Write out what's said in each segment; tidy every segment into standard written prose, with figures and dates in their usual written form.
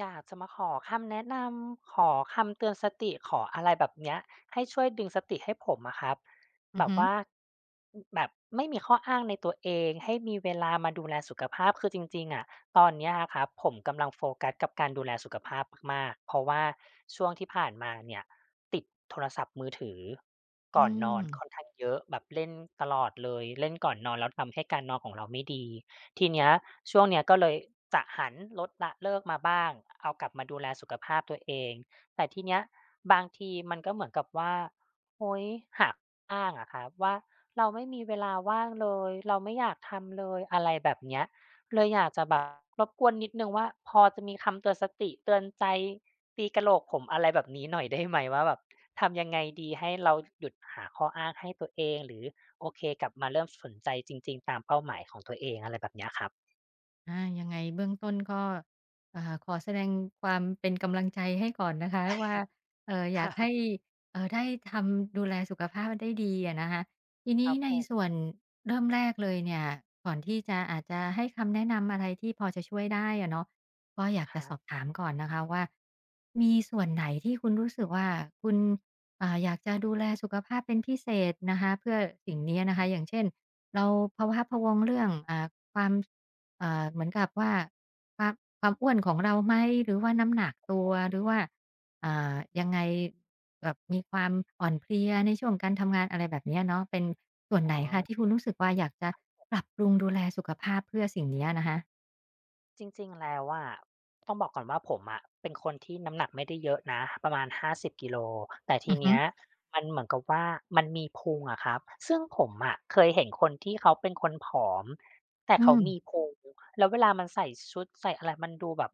อยากจะมาขอคำแนะนำขอคำเตือนสติขออะไรแบบเนี้ยให้ช่วยดึงสติให้ผมอะครับอืแบอบฮึว่าแบบไม่มีข้ออ้างในตัวเองให้มีเวลามาดูแลสุขภาพคือจริงๆอะตอนเนี้ยอะครับผมกำลังโฟกัสกับการดูแลสุขภาพมากๆเพราะว่าช่วงที่ผ่านมาเนี่ยติดโทรศัพท์มือถืออืก่อนนอม นค่อนข้างเยอะแบบเล่นตลอดเลยเล่นก่อนนอนแล้วทำให้การนอนของเราไม่ดีทีเนี้ยช่วงเนี้ยก็เลย จะหันลดละเลิกมาบ้างเอากลับมาดูแลสุขภาพตัวเองแต่ทีเนี้ยบางทีมันก็เหมือนกับว่าโอ๊ยหักอ้างอะครับว่าเราไม่มีเวลาว่างเลยเราไม่อยากทำเลยอะไรแบบเนี้ยเลยอยากจะแบบรบกวนนิดหนึ่งว่าพอจะมีคำเตือนสติเตือนใจตีกะโหลกผมอะไรแบบนี้หน่อยได้ไหมว่าแบบทำยังไงดีให้เราหยุดหาข้ออ้างให้ตัวเองหรือโอเคกลับมาเริ่มสนใจจริงๆตามเป้าหมายของตัวเองอะไรแบบเนี้ยครับอายังไงเบื้องต้นก็ขอแสดงความเป็นกำลังใจให้ก่อนนะคะว่าอยากให้ค่ะได้ทำดูแลสุขภาพได้ดีอะนะคะทีคนี้รับในผม ส่วนเริ่มแรกเลยเนี่ยก่อนที่จะอาจจะให้คำแนะนำอะไรที่พอจะช่วยได้อะเนาะก็อยากคจะรัสอบบถามก่อนนะคะว่ามีส่วนไหนที่คุณรู้สึกว่าคุณอยากจะดูแลสุขภาพเป็นพิเศษนะคะเพื่อสิ่งนี้นะอ๋คะอย่าองเช่นเราพาวะาพะวงเรื่องความ เหมือนกับว่าความอ้วนของเราไหมหรือว่าน้ำหนักตัวหรือว่ายังไงแบบมีความอ่อนเพลียในช่วงการทำงานอะไรแบบเนี้ยเนาะเป็นส่วนไหอ๋นอคะที่คุณรู้สึกว่าอยากจะปรับปรุงดูแลสุขภาพเพื่อสิ่งเนี้ยนะคะจริงๆแล้วอะต้องบอกก่อนว่าผมอะเป็นคนที่น้ำหนักไม่ได้เยอะนะประมาณ50 กิโลแต่ทีอือฮึเนี้ยมันเหมือนกับว่ามันมีพุงอะครับซึ่งผมอะเคยเห็นคนที่เขาเป็นคนผอมแต่อืเขามมีพุงแล้วเวลามันใส่ชุดใส่อะไรมันดูแบบ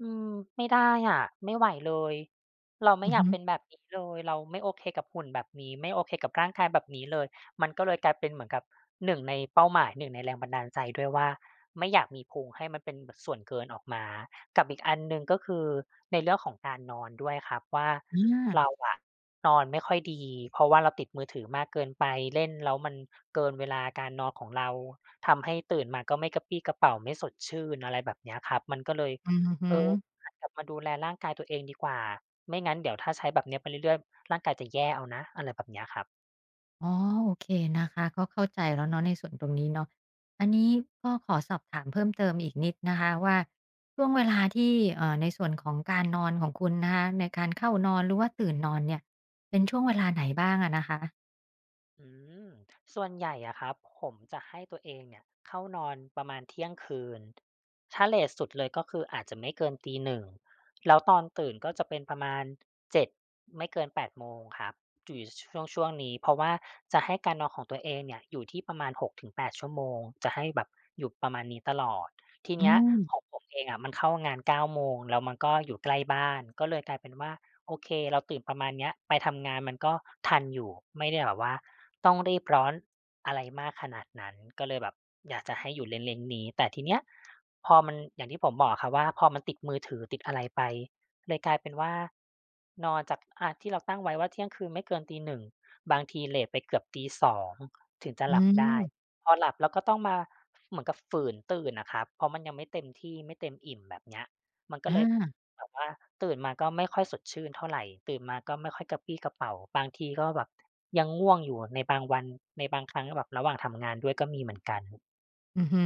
อืมไม่ได้อะไม่ไหวเลยเราไม่อืออยากฮึเป็นแบบนี้เลยเราไม่โอเคกับหุ่นแบบนี้ไม่โอเคกับร่างกายแบบนี้เลย มันก็เลยกลายเป็นเหมือนกับหนึ่งในเป้าหมายหนึ่งในแรงบันดาลใจด้วยว่าไม่อยากมีพุงให้มันเป็นแบบส่วนเกินออกมากับอีกอันหนึ่งก็คือในเรื่องของการนอนด้วยครับว่าอาเราอะนอนไม่ค่อยดีเพราะว่าเราติดมือถือมากเกินไปเล่นแล้วมันเกินเวลาการนอนของเราทำให้ตื่นมาก็ไม่กระปรี้กระเปร่าไม่สดชื่นอะไรแบบเนี้ยครับมันก็เลยอือฮึ เออหันกลับมาดูแลร่างกายตัวเองดีกว่าไม่งั้นเดี๋ยวถ้าใช้แบบเนี้ยไปเรื่อยๆร่างกายจะแย่เอานะอะไรแบบเนี้ยครับ อ๋อโอเคนะคะก็เข้าใจแล้วเนาะในส่วนตรงนี้เนาะอันนี้ก็ขอสอบถามเพิ่มเติมอีกนิดนะคะว่าช่วงเวลาที่ในส่วนของการนอนของคุณนะคะในการเข้านอนหรือว่าตื่นนอนเนี่ยเป็นช่วงเวลาไหนบ้างอะนะคะอืมส่วนใหญ่อะครับผมจะให้ตัวเองเนี่ยเข้านอนประมาณเที่ยงคืนถ้าเลตสุดเลยก็คืออาจจะไม่เกินตีหนึ่งแล้วตอนตื่นก็จะเป็นประมาณเจ็ดไม่เกินแปดโมงครับอยู่ช่วงนี้เพราะว่าจะให้การนอนของตัวเองเนี่ยอยู่ที่ประมาณ6 ถึง 8 ชั่วโมงจะให้แบบอยู่ประมาณนี้ตลอดทีอืเนี้ยมของผมเองอะมันเข้างานเก้าโมงแล้วมันก็อยู่ใกล้บ้านก็เลยกลายเป็นว่า โอเคเราตื่นประมาณเนี้ยไปทำงานมันก็ทันอยู่ไม่ได้แบบว่าต้องรีบร้อนอะไรมากขนาดนั้นก็เลยแบบอยากจะให้อยู่เลนๆนนี้แต่ทีเนี้ยพอมันอย่างที่ผมบอกอะครับว่าพอมันติดมือถือติดอะไรไปเลยกลายเป็นว่านอนจากที่เราตั้งไว้ว่าเที่ยงคืนไม่เกินตีหนึ่งบางทีเลตไปเกือบตีสองถึงจะอืหลับได้มพอหลับแล้วก็ต้องมาเหมือนกับฝืนตื่นอะครับเพราะมันยังไม่เต็มที่ไม่เต็มอิ่มแบบเนี้ยมันก็อาเลย แบบว่าตื่นมาก็ไม่ค่อยสดชื่นเท่าไรตื่นมาก็ไม่ค่อยกระปรี้กระเปร่าบางทีก็แบบยังง่วงอยู่ในบางวันในบางครั้งแบบระหว่างทำงานด้วยก็มีเหมือนกันอือฮึ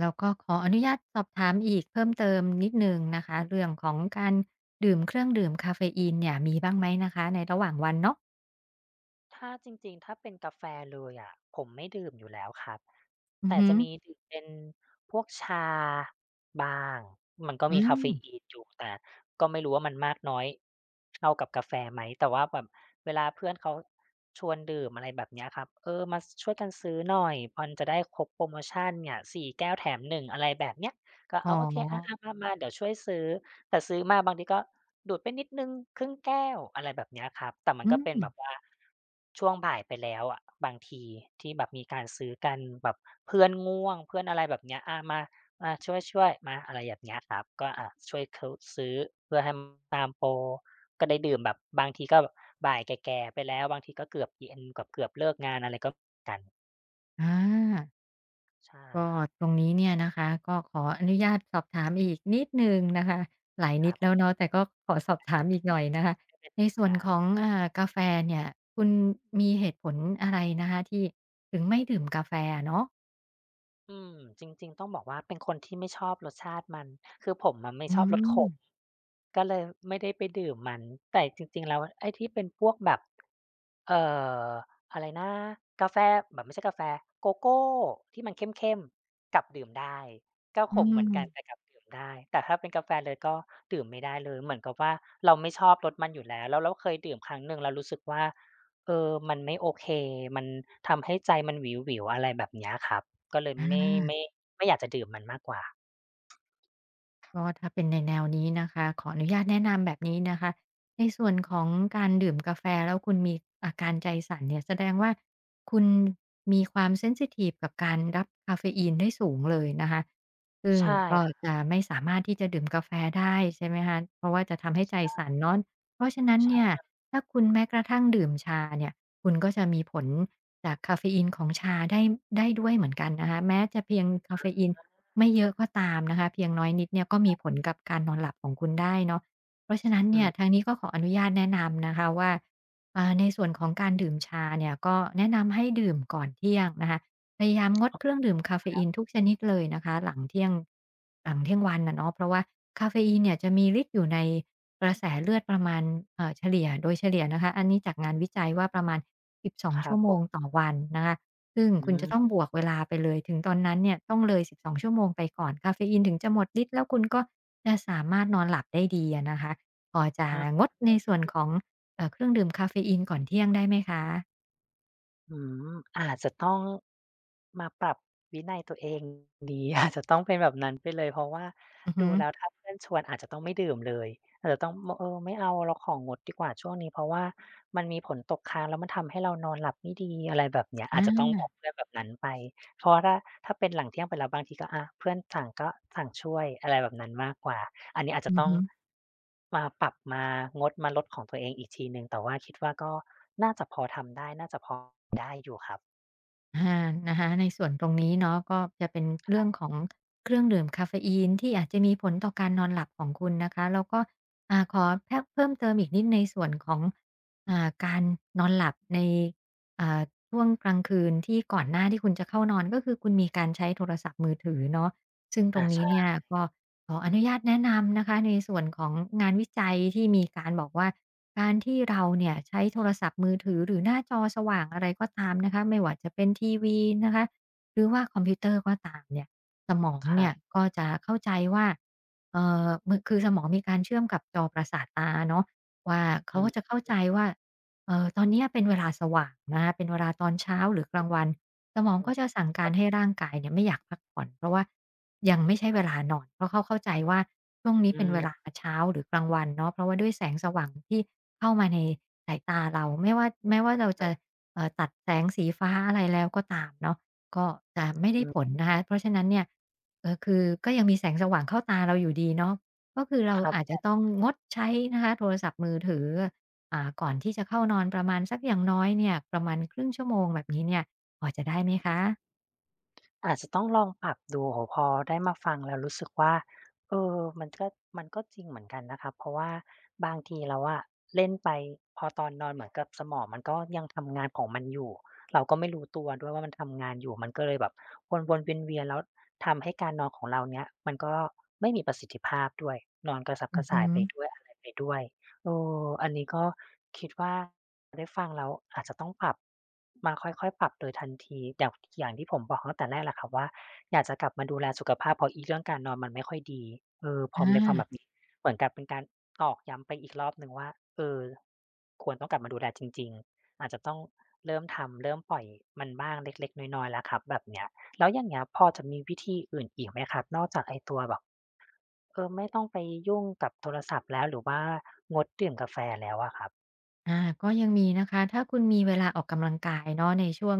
แล้วก็ขออนุญาตสอบถามอีกเพิ่มเติมนิดหนึ่งนะคะเรื่องของการดื่มเครื่องดื่มกาเฟอีนเนี่ยมีบ้างไหมนะคะในระหว่างวันเนาะถ้าจริงๆถ้าเป็นกาแฟเลยอะผมไม่ดื่มอยู่แล้วครับ อือแต่ฮึจะมีดื่มเป็นพวกชาบ้างมันก็อืมีกาเฟมอีนอยู่แต่ก็ไม่รู้ว่ามันมากน้อยเท่ากับกาแฟไหมแต่ว่าแบบเวลาเพื่อนเขาชวนดื่มอะไรแบบเนี้ยครับเออมาช่วยกันซื้อหน่อยมันจะได้ครบโพรโมชันเนี่ย4แก้วแถมหนึ่งอะไรแบบเนี้ยก็อ๋อ๋ออโอเคอาๆมาๆเดี๋ยวช่วยซื้อ แต่ซื้อมาบางทีก็ดูดไปนิดหนึ่งครึ่งแก้วอะไรแบบเนี้ยครับแต่มันอืก็เป็นม แบบว่าช่วงบ่ายไปแล้วอะบางทีที่แบบมีการซื้อกันแบบเพื่อนง่วงเพื่อนอะไรแบบเนี้ยอามามาช่วยๆมาอะไรแบบเนี้ยครับก็อาช่วยเขาซื้อเพื่อให้มันตามโปรก็ได้ดื่มแบบบางทีก็บ่ายแก่ๆไปแล้วบางทีก็เกือบเย็นเกือบๆเลิกงานอะไรก็กันอ่าใช่ก็ครับตรงนี้เนี่ยนะคะก็ขออนุญาตสอบถามอีกนิดหนึ่งนะคะหลายคนิรัดบผแล้วมเนาะแต่ก็ขอสอบถาอามอีกหน่อยนะคะไม่เป็นไรในส่ควนรัขบ องกาแฟเนี่ยคุณมีเหตุผลอะไรนะคะที่ถึงไม่ดื่มกาแฟเนาะอืมจริงๆต้องบอกว่าเป็นคนที่ไม่ชอบรสชาติมันคือผมอะไม่อืชอบรสขมมก็เลยไม่ได้ไปดื่มมันแต่จริงๆแล้วไอ้ที่เป็นพวกแบบ เอ่ออะไรนะกาแฟแบบไม่ใช่กาแฟโกโก้ที่มันเข้มๆกลับดื่มได้ก็อืขมเหมือนมกันแต่กลับดื่มได้แต่ถ้าเป็นกาแฟเลยก็ดื่มไม่ได้เลยเหมือนกับว่าเราไม่ชอบรสมันอยู่แล้วแล้วเราเคยดื่มครั้งหนึ่งแล้วรู้สึกว่าเออมันไม่โอเคมันทำให้ใจมันหวิวๆอะไรแบบเนี้ยครับก็เลยอไม่า ไม่ไม่อยากจะดื่มมันมากกว่าก็ถ้าเป็นในแนวนี้นะคะขออนุญาตแนะนำแบบนี้นะคะในส่วนของการดื่มกาแฟแล้วคุณมีอาการใจสั่นเนี่ยแสดงว่าคุณมีความเซนซิทิฟกับการรับกาเฟอีนได้สูงเลยนะคะซึ่งใช่ก็ค่ะจะไม่สามารถที่จะดื่มกาแฟได้ใช่ไหมคะเพราะว่าจะทำให้ใจสั่นเนาะเพราะฉะนั้นใชเนี่ย่ถ้าคุณแม้กระทั่งดื่มชาเนี่ยคุณก็จะมีผลจากคาเฟอีนของชาได้ด้วยเหมือนกันนะคะแม้จะเพียงกาเฟอีน ไม่เยอะก็ตามนะคะเพียงน้อยนิดเนี่ยก็มีผลกับการนอนหลับของคุณได้เนาะเพราะฉะนั้นอืเนี่ยทามงนี้ก็ขออนุญาตแนะนำนะคะว่าในส่วนของการดื่มชาเนี่ยก็แนะนำให้ดื่มก่อนเที่ยงนะคะพยายามงดเครื่องดื่มกาเฟอีนทุกชนิดเลยนะคะหลังเที่ยงวันน่ะเนาะเพราะว่าคาเฟอีนเนี่ยจะมีฤทธิ์อยู่ในกระแสเลือดประมาณเฉลี่ยโดยเฉลี่ยนะคะอันนี้จากงานวิจัยว่าประมาณ12 ครัชั่วบโมผงมต่อวันนะคะ ซึ่งอืคุณจะมต้องบวกเวลาไปเลยถึงตอนนั้นเนี่ยต้องเลย12ชั่วโมงไปก่อนกาเฟอีนถึงจะหมดฤทธิ์แล้วคุณก็จะสามารถนอนหลับได้ดีอะนะคะพอจะอา งดในส่วนของเครื่องดื่มกาเฟอนอืมอาจจะต้องมาปรับวินัยตัวเองดี อาจจะต้องเป็นแบบนั้นไปเลยเพราะว่าอือฮึดูแล้วถ้าเพื่อนชวนอาจจะต้องไม่ดื่มเลยอาจจะต้องเออไม่เอาเราของงดดีกว่าช่วงนี้เพราะว่ามันมีผลตกค้างแล้วมันทำให้เรานอนหลับไม่ดีอะไรแบบเนี้ยอาจจะต้องอาบอกเพื่อนแบบนั้นไป เพราะว่าถ้าเป็นหลังเที่ยงไปแล้วบางทีก็อาเพื่อนสั่งก็สั่งช่วยอะไรแบบนั้นมากกว่าอันนี้อาจจะอือต้องฮึ มาปรับมางดมาลดของตัวเองอีกทีหนึ่งแต่ว่าคิดว่าก็น่าจะพอทำได้น่าจะพอได้อยู่ครับอานะคะในส่วนตรงนี้เนาะก็จะเป็นเรื่องของเครื่องดื่มกาเฟอีนที่อาจจะมีผลต่อการนอนหลับของคุณนะคะแล้วก็ขอแพะเพิ่มเติมอีกนิดในส่วนของการนอนหลับในอ่าช่วงกลางคืนที่ก่อนหน้าที่คุณจะเข้านอนก็คือคุณมีการใช้โทรศัพท์มือถือเนาะซึ่งตรอางนี้เนี่ใช่ยก็ขออนุญาตแนะนำนะคะในส่วนของงานวิจัยที่มีการบอกว่า การที่เราเนี่ยใช้โทรศัพท์มือถือหรือหน้าจอสว่างอะไรก็ตามนะคะไม่ว่าจะเป็นทีวีนะคะหรือว่าคอมพิวเตอร์ก็ตามเนี่ยสมองครัเนี่ยบก็จะเข้าใจว่าเอ่อมือคือสมองมีการเชื่อมกับจอประสาทตาเนาะว่าเขาอืก็จะมเข้าใจว่าตอนเนี้ยเป็นเวลาสว่างนะคะเป็นเวลาตอนเช้าหรือกลางวันสมองก็จะสั่งๆคการัรให้บร่างกายเนี่ยไม่อยากพักผ่อนเพราะว่ายังไม่ใช่เวลานอนเพราะเขาเข้าใจว่าช่วงนี้อืเป็นเวลามเช้าหรือกลางวันเนาะเพราะว่าด้วยแสงสว่างที่ เข้ามาในสายตาเราไม่ว่าแม้ว่าเราครัจะบตัดแสงสีฟ้าอะไรแล้วก็ตามเนาะก็จะไม่ได้อืผมลนะคะเพราะฉะนั้นเนี่ยคือก็ยังมีแสงสว่างเข้าตาเราอยู่ดีเนาะก็คือเราคอาจจะรับ ต้องงดใช้นะคะโทรศัพท์มือถือก่อนที่จะเข้านอนประมาณสักอย่างน้อยเนี่ยประมาณครึ่งชั่วโมงแบบนี้เนี่ยพอจะได้ไหมคะอาจจะต้องลองปรับดูโอ้โฮพอได้มาฟังแล้วรู้สึกว่าเออมันก็มันก็จริงเหมือนกันนะครับเพราะว่าบางทีเราอะเล่นไปพอตอนนอนเหมือนกับสมองมันก็ยังทำงานของมันอยู่ เราก็ไม่รู้ตัวด้วยว่ามันทำงานอยู่มันก็เลยแบบวนๆเวียนๆแล้วทำให้การนอนของเราเนี้ยมันก็ไม่มีประสิทธิภาพด้วยนอนกระสับกอือระฮึส่ายไปด้วยอะไรไปด้วย เอออันนี้ก็คิดว่าได้ฟังแล้วอาจจะต้องปรับมาค่อยๆปรับโดยทันทีอย่างที่ผมบอกตั้งแต่แรกแหละครับว่าอยากจะกลับมาดูแลสุขภาพเพราะอีเรื่องการนอนมันไม่ค่อยดีเออพอได้ฟังแบอา บนี้เหมือนกับเป็นการตอกย้ำไปอีกรอบหนึ่งว่าเออควรต้องกลับมาดูแลจริงๆอาจจะต้องเริ่มทำเริ่มปล่อยมันบ้างเล็กๆน้อยๆแล้วครับแบบเนี้ย แล้วอย่างเงี้ยพอจะมีวิธีอื่นอีกไหมครับนอกจากไอ้ตัวแบบเออไม่ต้องไปยุ่งกับโทรศัพท์แล้วหรือว่างดดื่มกาแฟแล้วอะครับอาก็ยังมีนะคะถ้าคุณมีเวลาออกกำลังกายเนาะในช่วง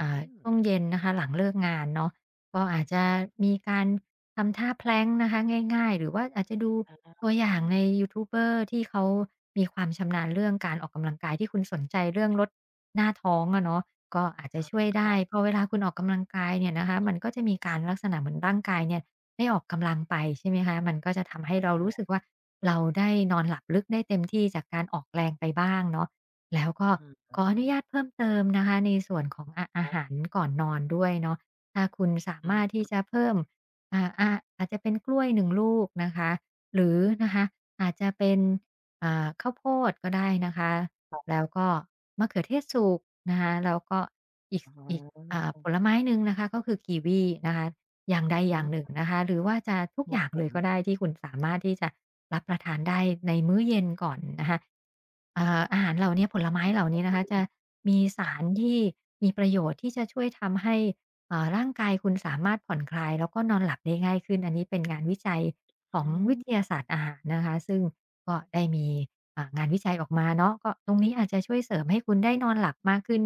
อืมช่วงเย็นนะคะหลังเลิกงานเนาะก็อาจจะครับมีการทำท่าแ l ลงก์นะคะง่ายๆหรือว่าอาจจะดูอาตัวออย่างในยูทูบเบอร์ที่เขามีความชำนาญเรื่องการออกกำลังกายที่คุณสนใจเรื่องลดหน้าท้องอะเนาะก็อาจจะาช่วยคได้รับเพอเวลาคุณออกกำลังกายเนี่ยนะคะมันก็จะมีการลักษณะเหมือนร่างกายเนี่ยได้ออกกำลังไปใช่ไหมคะมันก็จะทำให้เรารู้สึกว่า เราได้นอนหลับลึกได้เต็มที่จากการออกแรงไปบ้างเนาะแล้วก็อือขออฮึนุญาตเพิ่มเติมนะคะในส่วนของอาคอารัหารบก่อนนอนด้วยเนาะถ้าคุณสาอืมารถมที่จะเพิ่มอ่าอาอาจจะเป็นกล้วยหนึ่งลูกนะคะหรือนะคะอาจจะเป็นข้าวโพดก็ได้นะคะครัแล้บวก็มะเขือเทศสุกนะคะแล้วก็อีกอ๋อีก อผลไม้หนึ่งนะคะก็คือกีวีนะคะอย่างใดออืย่างหนึ่งมนะคะหรือว่าจะทุกคอรับย่าผงเลยก็มได้ที่คุณสามารถที่จะรับประทานได้ในมื้อเย็นก่อนนะคะอาหารเหล่าเนี้ยผลไม้เหล่านี้นะคะจะมีสารที่มีประโยชน์ที่จะช่วยทำให้ร่างกายคุณสามารถผ่อนคลายแล้วก็นอนหลับได้ง่ายขึ้นอันนี้เป็นงานวิจัยของอืวิทยามศาสตร์อาหารนะคะซึ่งก็ได้มีงานวิจัยออกมาเนาะก็ตรงนี้อาจจะช่วยเสริมให้คุณได้นอนหลับมากขึ้น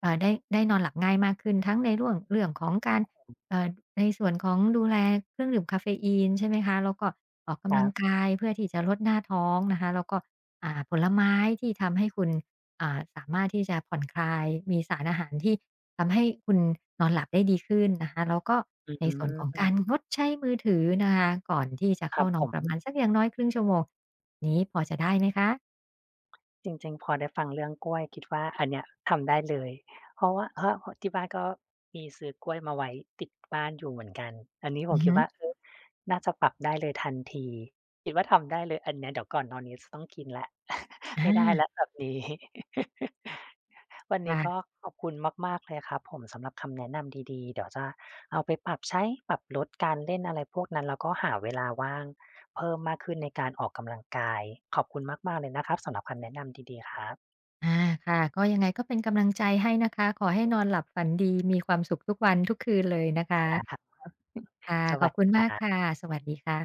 ได้นอนหลับง่ายมากขึ้นทั้งในเร่องเรื่องของการเอ่อในส่วนของดูแลเครื่องดื่มกาเฟอีนใช่ไหมคะแล้วก็ออกคกำรัลังบกายเพื่อที่จะลดหน้าท้องนะคะแล้วก็ผลไม้ที่ทำให้คุณสามารถที่จะผ่อนคลายมีสารอาหารที่ทำให้คุณนอนหลับได้ดีขึ้นนะคะแล้วก็ในอืส่วนของการมงดใช้มือถือนะคะก่อนที่จะครัเข้าบนอผนประมาม ณสักอย่างน้อยครึ่งชั่วโมงนี้พอจะได้ไหมคะจริงๆพอได้ฟังเรื่องกล้วยคิดว่าอันเนี้ยทำได้เลยเพราะว่าเพราะที่บ้านก็มีซื้อกล้วยมาไว้ติดบ้านอยู่เหมือนกันอันนี้ผอืมอคิดฮึว่าเออน่าจะปรับได้เลยทันทีคิดว่าทำได้เลยอันเนี้ยเดี๋ยวก่อนนอนนี้จะต้องกินแล้ว อ ไม่ได้แล้วาแบบนี้ วันนี้ก็ค่ะ ขอบคุณมากๆเลยครับผมสำหรับคำแนะนำดีๆเดี๋ยวจะเอาไปปรับใช้ปรับลดการเล่นอะไรพวกนั้นแล้วก็หาเวลาว่าง เพิ่มมากขึ้นในการออกกำลังกายขอบคุณมากๆเลยนะครับสำหรับคำแนะนำดีๆครับอาค่ะก็ยังไงก็เป็นกำลังใจให้นะคะขอให้นอนหลับฝันดีมีความสุขทุกวันทุกคืนเลยนะคะครับค่ะสขอวับสคุดีณครัมากบค่ะสวัสดีค่ะ